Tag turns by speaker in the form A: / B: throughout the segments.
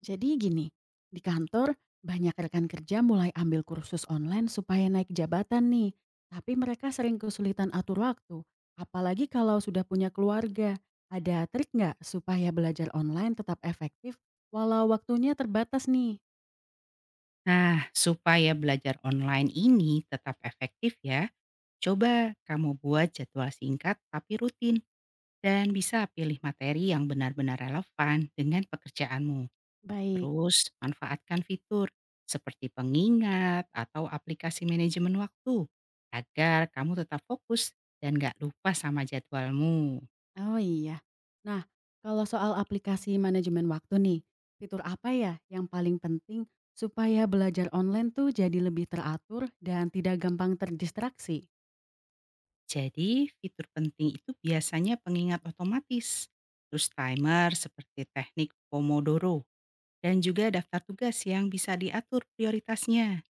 A: Jadi gini, di kantor banyak rekan kerja mulai ambil kursus online supaya naik jabatan nih. Tapi mereka sering kesulitan atur waktu. Apalagi kalau sudah punya keluarga. Ada trik nggak supaya belajar online tetap efektif walau waktunya terbatas nih?
B: Nah, supaya belajar online ini tetap efektif ya, coba kamu buat jadwal singkat tapi rutin dan bisa pilih materi yang benar-benar relevan dengan pekerjaanmu.
A: Baik.
B: Terus, manfaatkan fitur seperti pengingat atau aplikasi manajemen waktu agar kamu tetap fokus dan gak lupa sama jadwalmu.
A: Oh iya. Nah, kalau soal aplikasi manajemen waktu nih, fitur apa ya yang paling penting supaya belajar online tuh jadi lebih teratur dan tidak gampang terdistraksi?
B: Jadi, fitur penting itu biasanya pengingat otomatis, terus timer seperti teknik Pomodoro dan juga daftar tugas yang bisa diatur prioritasnya.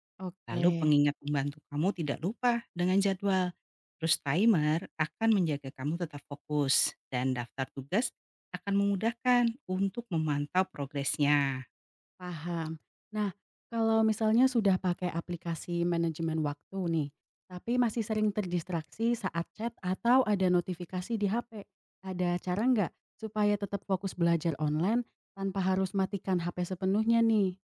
B: Lalu
A: Oke.
B: pengingat membantu kamu tidak lupa dengan jadwal. Terus timer akan menjaga kamu tetap fokus dan daftar tugas akan memudahkan untuk memantau progresnya.
A: Paham. Nah, kalau misalnya sudah pakai aplikasi manajemen waktu nih, tapi masih sering terdistraksi saat chat atau ada notifikasi di HP, ada cara nggak supaya tetap fokus belajar online tanpa harus matikan HP sepenuhnya nih?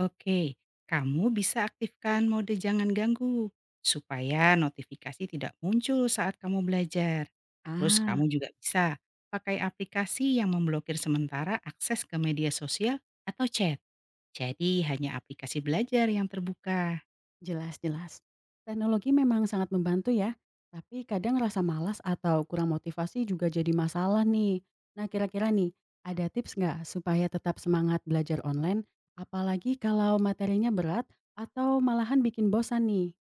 B: Oke, kamu bisa aktifkan mode jangan ganggu supaya notifikasi tidak muncul saat kamu belajar. Terus
A: Ah.
B: kamu juga bisa pakai aplikasi yang memblokir sementara akses ke media sosial atau chat. Jadi hanya aplikasi belajar yang terbuka.
A: Jelas jelas. Teknologi memang sangat membantu ya, tapi kadang rasa malas atau kurang motivasi juga jadi masalah nih. Nah kira-kira nih, ada tips nggak supaya tetap semangat belajar online, apalagi kalau materinya berat atau malahan bikin bosan nih?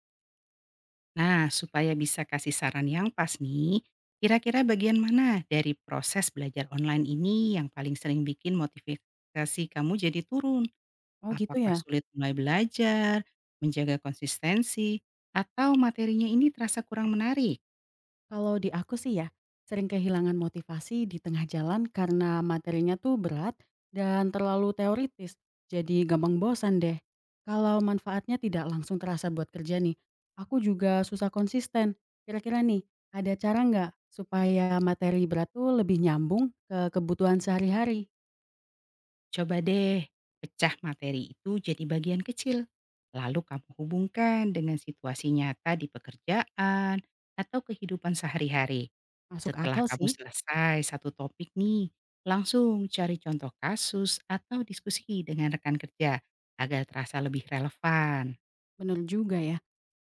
B: Nah, supaya bisa kasih saran yang pas nih, kira-kira bagian mana dari proses belajar online ini yang paling sering bikin motivasi kamu jadi turun?
A: Oh gitu
B: Apakah
A: ya?
B: sulit mulai belajar, menjaga konsistensi, atau materinya ini terasa kurang menarik?
A: Kalau di aku sih ya, sering kehilangan motivasi di tengah jalan karena materinya tuh berat dan terlalu teoritis, jadi gampang bosan deh. Kalau manfaatnya tidak langsung terasa buat kerja nih, aku juga susah konsisten. Kira-kira nih, ada cara nggak supaya materi berat tuh lebih nyambung ke kebutuhan sehari-hari?
B: Coba deh, pecah materi itu jadi bagian kecil. Lalu kamu hubungkan dengan situasi nyata di pekerjaan atau kehidupan sehari-hari.
A: Masuk
B: Setelah
A: akal
B: kamu
A: sih,
B: selesai satu topik nih, langsung cari contoh kasus atau diskusi dengan rekan kerja agar terasa lebih relevan.
A: bener juga ya.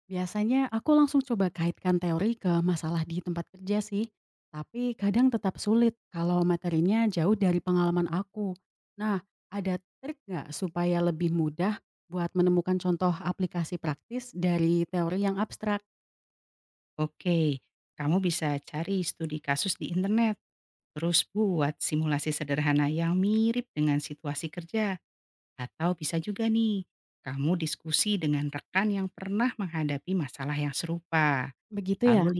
A: Biasanya aku langsung coba kaitkan teori ke masalah di tempat kerja sih, tapi kadang tetap sulit kalau materinya jauh dari pengalaman aku. Nah, ada trik nggak supaya lebih mudah buat menemukan contoh aplikasi praktis dari teori yang abstrak?
B: Oke, kamu bisa cari studi kasus di internet, terus buat simulasi sederhana yang mirip dengan situasi kerja. Atau bisa juga nih, kamu diskusi dengan rekan yang pernah menghadapi masalah yang serupa.
A: Begitu ya?
B: Lalu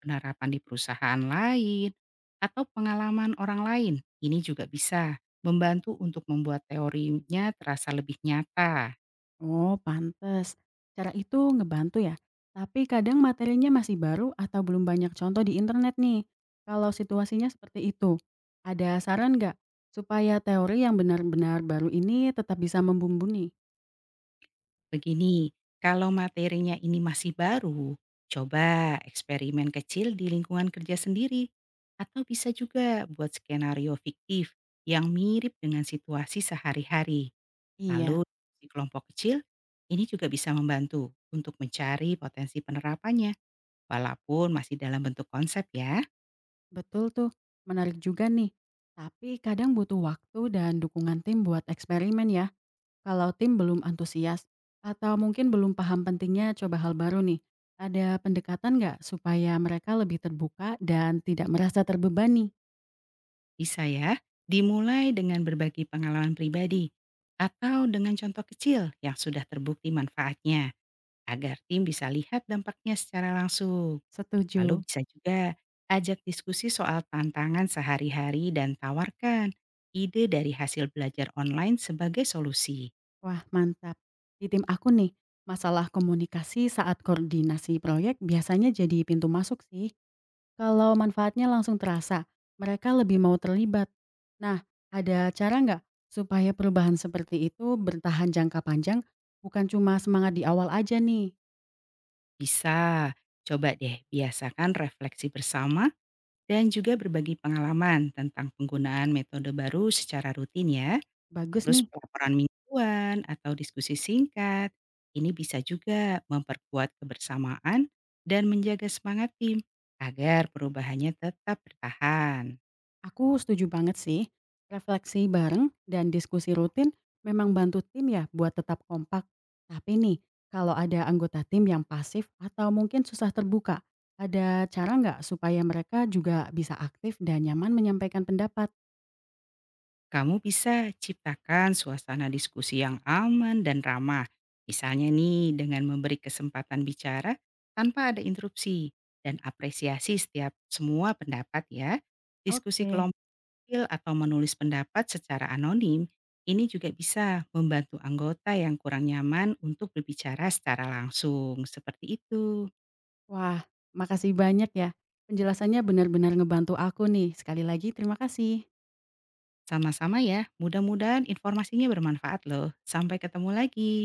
B: penerapan di perusahaan lain, atau pengalaman orang lain. Ini juga bisa membantu untuk membuat teorinya terasa lebih nyata.
A: Oh, pantes. Cara itu ngebantu ya. Tapi kadang materinya masih baru atau belum banyak contoh di internet nih. Kalau situasinya seperti itu, ada saran nggak supaya teori yang benar-benar baru ini tetap bisa membumbuni?
B: Begini, kalau materinya ini masih baru, coba eksperimen kecil di lingkungan kerja sendiri. Atau bisa juga buat skenario fiktif yang mirip dengan situasi sehari-hari.
A: Iya,
B: Lalu di kelompok kecil, ini juga bisa membantu untuk mencari potensi penerapannya, walaupun masih dalam bentuk konsep ya.
A: betul tuh. Menarik juga nih. Tapi kadang butuh waktu dan dukungan tim buat eksperimen ya. Kalau tim belum antusias atau mungkin belum paham pentingnya coba hal baru nih, ada pendekatan nggak supaya mereka lebih terbuka dan tidak merasa terbebani?
B: Bisa ya, dimulai dengan berbagi pengalaman pribadi atau dengan contoh kecil yang sudah terbukti manfaatnya agar tim bisa lihat dampaknya secara langsung. Lalu
A: Setuju.
B: bisa juga ajak diskusi soal tantangan sehari-hari dan tawarkan ide dari hasil belajar online sebagai solusi.
A: Wah, mantap. Di tim aku nih, masalah komunikasi saat koordinasi proyek biasanya jadi pintu masuk sih. Kalau manfaatnya langsung terasa, mereka lebih mau terlibat. Nah, ada cara nggak supaya perubahan seperti itu bertahan jangka panjang, bukan cuma semangat di awal aja nih?
B: Bisa, coba deh biasakan refleksi bersama dan juga berbagi pengalaman tentang penggunaan metode baru secara rutin ya.
A: Bagus
B: Terus
A: nih.
B: pelaporan mingguan atau diskusi singkat, ini bisa juga memperkuat kebersamaan dan menjaga semangat tim agar perubahannya tetap bertahan.
A: Aku setuju banget sih. Refleksi bareng dan diskusi rutin memang bantu tim ya buat tetap kompak. Tapi nih, kalau ada anggota tim yang pasif atau mungkin susah terbuka, ada cara nggak supaya mereka juga bisa aktif dan nyaman menyampaikan pendapat?
B: Kamu bisa ciptakan suasana diskusi yang aman dan ramah. Misalnya nih dengan memberi kesempatan bicara tanpa ada interupsi dan apresiasi setiap semua pendapat ya. Diskusi
A: Oke.
B: kelompok Feel atau menulis pendapat secara anonim, ini juga bisa membantu anggota yang kurang nyaman untuk berbicara secara langsung. Seperti itu.
A: Wah, makasih banyak ya. Penjelasannya benar-benar ngebantu aku nih. Sekali lagi terima kasih.
B: Sama-sama ya, mudah-mudahan informasinya bermanfaat loh. Sampai ketemu lagi.